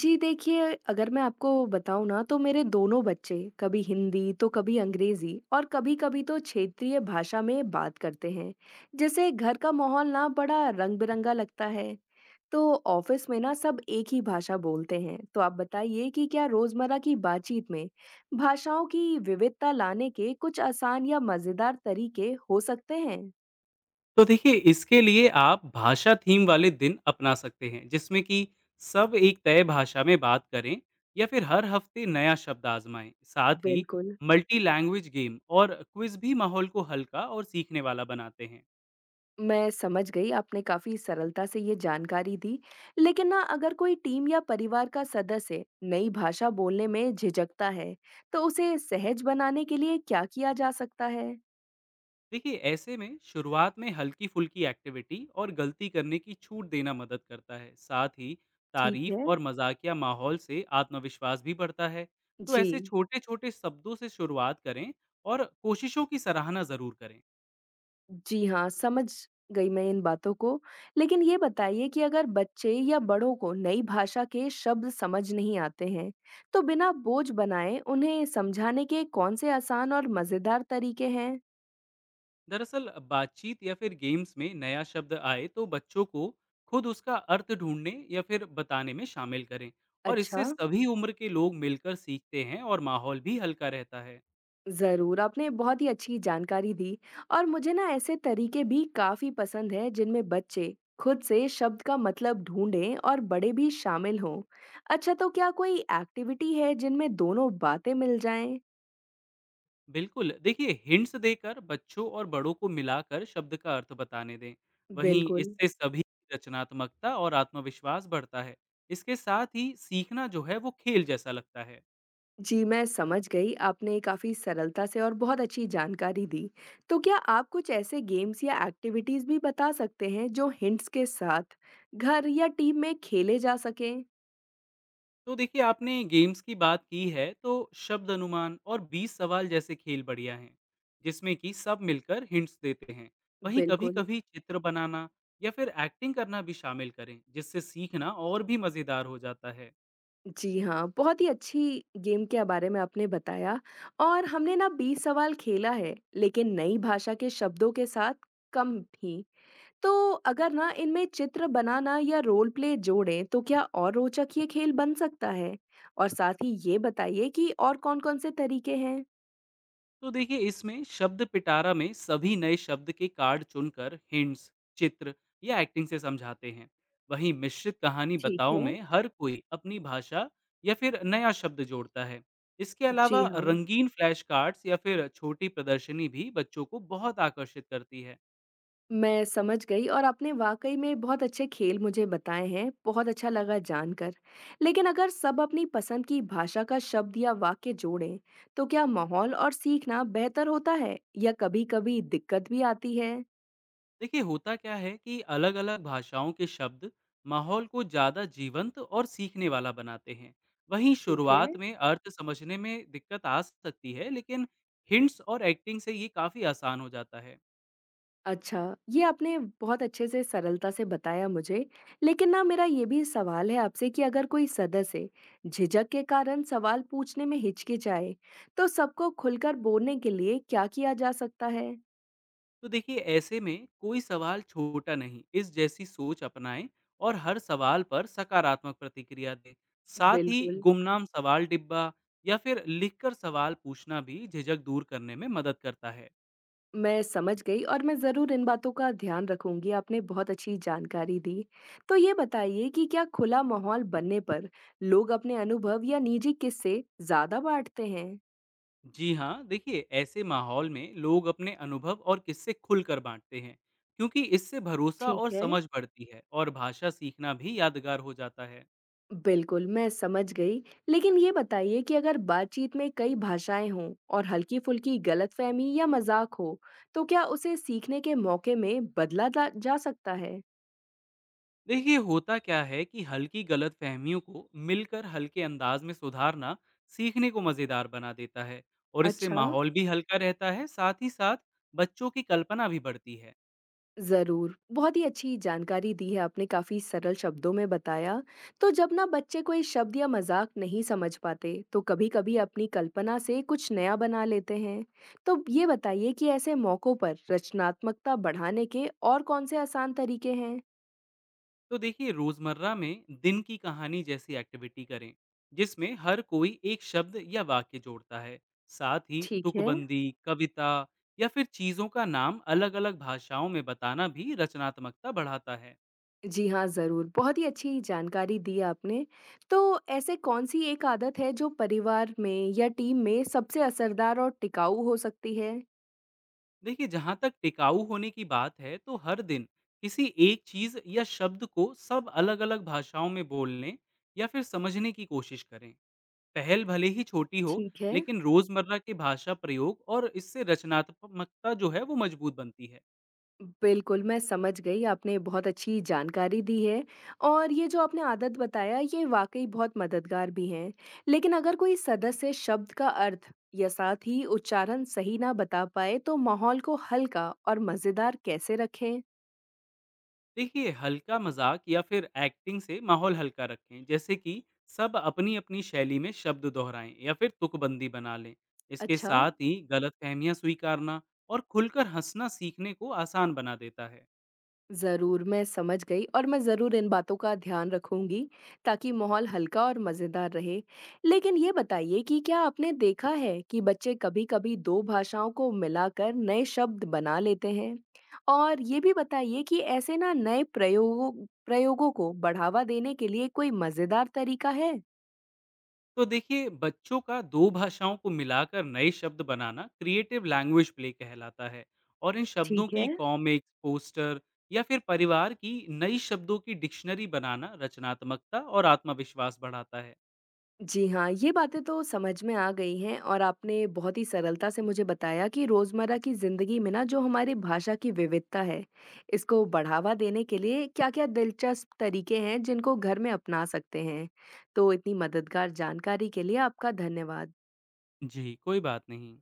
जी देखिए, अगर मैं आपको बताऊँ ना तो मेरे दोनों बच्चे कभी हिंदी तो कभी अंग्रेजी और कभी-कभी तो क्षेत्रीय भाषा में बात करते हैं। जैसे घर का माहौल ना बड़ा रंग-बिरंगा लगता है। तो ऑफिस में ना सब एक ही भाषा बोलते हैं। तो आप बताइए कि क्या रोजमर्रा की बातचीत में भाषाओं की विविधता लाने के कुछ आसान या मजेदार तरीके हो सकते हैं? तो देखिए इसके लिए आप भाषा थीम वाले दिन अपना सकते हैं जिसमें कि सब एक तय भाषा में बात करें या फिर हर हफ्ते नया शब्द आजमाएं। साथ ही बिल्कुल। मल्टी लैंग्वेज गेम और क्विज भी माहौल को हल्का और सीखने वाला बनाते हैं। मैं समझ गई, आपने काफ़ी सरलता से ये जानकारी दी। लेकिन ना अगर कोई टीम या परिवार का सदस्य नई भाषा बोलने में झिझकता है, तो उसे सहज बनाने के लिए क्या किया जा सकता है? देखिए ऐसे में शुरुआत में हल्की फुल्की एक्टिविटी और गलती करने की छूट देना मदद करता है। साथ ही ठीक तारीफ है और मजाकिया माहौल से आत्मविश्वास भी बढ़ता है। तो ऐसे जी, छोटे छोटे शब्दों से शुरुआत करें और कोशिशों की सराहना ज़रूर करें। जी हाँ, समझ गई मैं इन बातों को। लेकिन ये बताइए कि अगर बच्चे या बड़ों को नई भाषा के शब्द समझ नहीं आते हैं, तो बिना बोझ बनाए उन्हें समझाने के कौन से आसान और मज़ेदार तरीके हैं? दरअसल बातचीत या फिर गेम्स में नया शब्द आए तो बच्चों को खुद उसका अर्थ ढूंढने या फिर बताने में शामिल करें। और अच्छा इससे सभी उम्र के लोग मिलकर सीखते हैं और माहौल भी हल्का रहता है। ज़रूर, आपने बहुत ही अच्छी जानकारी दी और मुझे ना ऐसे तरीके भी काफ़ी पसंद हैं जिनमें बच्चे खुद से शब्द का मतलब ढूंढें और बड़े भी शामिल हों। अच्छा तो क्या कोई एक्टिविटी है जिनमें दोनों बातें मिल जाएं? बिल्कुल, देखिए हिंट्स देकर बच्चों और बड़ों को मिलाकर शब्द का अर्थ बताने दें। वहीं बिल्कुल। इससे सभी की रचनात्मकता और आत्मविश्वास बढ़ता है। इसके साथ ही सीखना जो है वो खेल जैसा लगता है। जी, मैं समझ गई। आपने काफ़ी सरलता से और बहुत अच्छी जानकारी दी। तो क्या आप कुछ ऐसे गेम्स या एक्टिविटीज़ भी बता सकते हैं जो हिंट्स के साथ घर या टीम में खेले जा सकें? तो देखिए आपने गेम्स की बात की है तो शब्द अनुमान और 20 सवाल जैसे खेल बढ़िया हैं, जिसमें कि सब मिलकर हिंट्स देते हैं। वहीं कभी बिल्कुल। कभी चित्र बनाना या फिर एक्टिंग करना भी शामिल करें, जिससे सीखना और भी मज़ेदार हो जाता है। जी हाँ, बहुत ही अच्छी गेम के बारे में आपने बताया और हमने ना 20 सवाल खेला है, लेकिन नई भाषा के शब्दों के साथ कम भी। तो अगर ना इनमें चित्र बनाना या रोल प्ले जोड़ें, तो क्या और रोचक ये खेल बन सकता है? और साथ ही ये बताइए कि और कौन-कौन से तरीके हैं? तो देखिए इसमें शब्द पिटारा में सभी नए शब्द के कार्ड चुनकर हिंट्स, चित्र या एक्टिंग से समझाते हैं। वहीं मिश्रित कहानी ठीक बताओ है। में हर कोई अपनी भाषा या फिर नया शब्द जोड़ता है। इसके जी अलावा हाँ। रंगीन फ्लैश कार्ड्स या फिर छोटी प्रदर्शनी भी बच्चों को बहुत आकर्षित करती है। मैं समझ गई और आपने वाकई में बहुत अच्छे खेल मुझे बताए हैं, बहुत अच्छा लगा जानकर। लेकिन अगर सब अपनी पसंद की भाषा का शब्द या वाक्य जोड़ें, तो क्या माहौल और सीखना बेहतर होता है या कभी-कभी दिक्कत भी आती है? देखिए होता क्या है कि अलग अलग भाषाओं के शब्द माहौल को ज़्यादा जीवंत और सीखने वाला बनाते हैं। वहीं ठीक है शुरुआत में अर्थ समझने में दिक्कत आ सकती है, लेकिन हिंट्स और एक्टिंग से ये काफ़ी आसान हो जाता है। अच्छा, ये आपने बहुत अच्छे से सरलता से बताया मुझे, लेकिन ना मेरा ये भी सवाल है आपसे कि अगर कोई सदस्य झिझक के कारण सवाल पूछने में हिचकिचाए, तो सबको खुलकर बोलने के लिए क्या किया जा सकता है? तो देखिए ऐसे में कोई सवाल छोटा नहीं, इस जैसी सोच अपनाएं और हर सवाल पर सकारात्मक प्रतिक्रिया दें। साथ ही बिल्कुल, गुमनाम सवाल डिब्बा या फिर लिखकर सवाल पूछना भी झिझक दूर करने में मदद करता है। मैं समझ गई और मैं ज़रूर इन बातों का ध्यान रखूँगी, आपने बहुत अच्छी जानकारी दी। तो ये बताइए कि क्या खुला माहौल बनने पर लोग अपने अनुभव या निजी किस्से ज़्यादा बाँटते हैं? जी हाँ, देखिए ऐसे माहौल में लोग अपने अनुभव और किस्से खुलकर बांटते हैं, क्योंकि इससे भरोसा ठीक और है। समझ बढ़ती है और भाषा सीखना भी यादगार हो जाता है। बिल्कुल, मैं समझ गई। लेकिन ये बताइए कि अगर बातचीत में कई भाषाएँ हों और हल्की-फुल्की गलतफ़हमी या मज़ाक हो, तो क्या उसे सीखने के मौके में बदला जा जा सकता है? देखिए होता क्या है कि हल्की गलतफहमियों को मिलकर हल्के अंदाज में सुधारना सीखने को मज़ेदार बना देता है और इससे अच्छा। माहौल भी हल्का रहता है। साथ ही साथ बच्चों की कल्पना भी बढ़ती है। ज़रूर, बहुत ही अच्छी जानकारी दी है आपने, काफ़ी सरल शब्दों में बताया। तो जब ना बच्चे कोई शब्द या मज़ाक नहीं समझ पाते, तो कभी-कभी अपनी कल्पना से कुछ नया बना लेते हैं। तो ये बताइए कि ऐसे मौक़ों पर रचनात्मकता बढ़ाने के और कौन-से आसान तरीके हैं? तो देखिए रोजमर्रा में दिन की कहानी जैसी एक्टिविटी करें, जिसमें हर कोई एक शब्द या वाक्य जोड़ता है। साथ ही ठीक है। तुकबंदी कविता या फिर चीजों का नाम अलग अलग भाषाओं में बताना भी रचनात्मकता बढ़ाता है। जी हाँ, ज़रूर, बहुत ही अच्छी जानकारी दी आपने। तो ऐसे कौन-सी एक आदत है जो परिवार में या टीम में सबसे असरदार और टिकाऊ हो सकती है? देखिए जहाँ तक टिकाऊ होने की बात है तो हर दिन किसी एक चीज या शब्द को सब अलग अलग भाषाओं में बोलने या फिर समझने की कोशिश करें। पहल भले ही छोटी हो, ठीक है। लेकिन रोजमर्रा के भाषा प्रयोग और इससे रचनात्मकता जो है वो मजबूत बनती है। बिल्कुल, मैं समझ गई, आपने बहुत अच्छी जानकारी दी है और ये जो आपने आदत बताया, ये वाक़ई बहुत मददगार भी हैं। लेकिन अगर कोई सदस्य शब्द का अर्थ या साथ ही उच्चारण सही ना बता पाए, तो माहौल को हल्का और मज़ेदार कैसे रखें? देखिए हल्का मजाक या फिर एक्टिंग से माहौल हल्का रखें, जैसे कि सब अपनी अपनी शैली में शब्द दोहराएं या फिर तुकबंदी बना लें। इसके अच्छा। साथ ही गलत फहमियाँ स्वीकारना और खुलकर हंसना सीखने को आसान बना देता है। ज़रूर, मैं समझ गई और मैं ज़रूर इन बातों का ध्यान रखूँगी, ताकि माहौल हल्का और मज़ेदार रहे। लेकिन ये बताइए कि क्या आपने देखा है कि बच्चे कभी-कभी 2 भाषाओं को मिलाकर नए शब्द बना लेते हैं? और ये भी बताइए कि ऐसे ना नए प्रयोगों प्रयोगों को बढ़ावा देने के लिए कोई मज़ेदार तरीका है? तो देखिए बच्चों का दो भाषाओं को मिलाकर नए शब्द बनाना क्रिएटिव लैंग्वेज प्ले कहलाता है और इन शब्दों ठीक की है कॉमिक्स पोस्टर या फिर परिवार की नई शब्दों की डिक्शनरी बनाना रचनात्मकता और आत्मविश्वास बढ़ाता है। जी हाँ, ये बातें तो समझ में आ गई हैं और आपने बहुत ही सरलता से मुझे बताया कि रोज़मर्रा की ज़िंदगी में ना जो हमारी भाषा की विविधता है, इसको बढ़ावा देने के लिए क्या-क्या दिलचस्प तरीके हैं जिनको घर में अपना सकते हैं। तो इतनी मददगार जानकारी के लिए आपका धन्यवाद। जी कोई बात नहीं।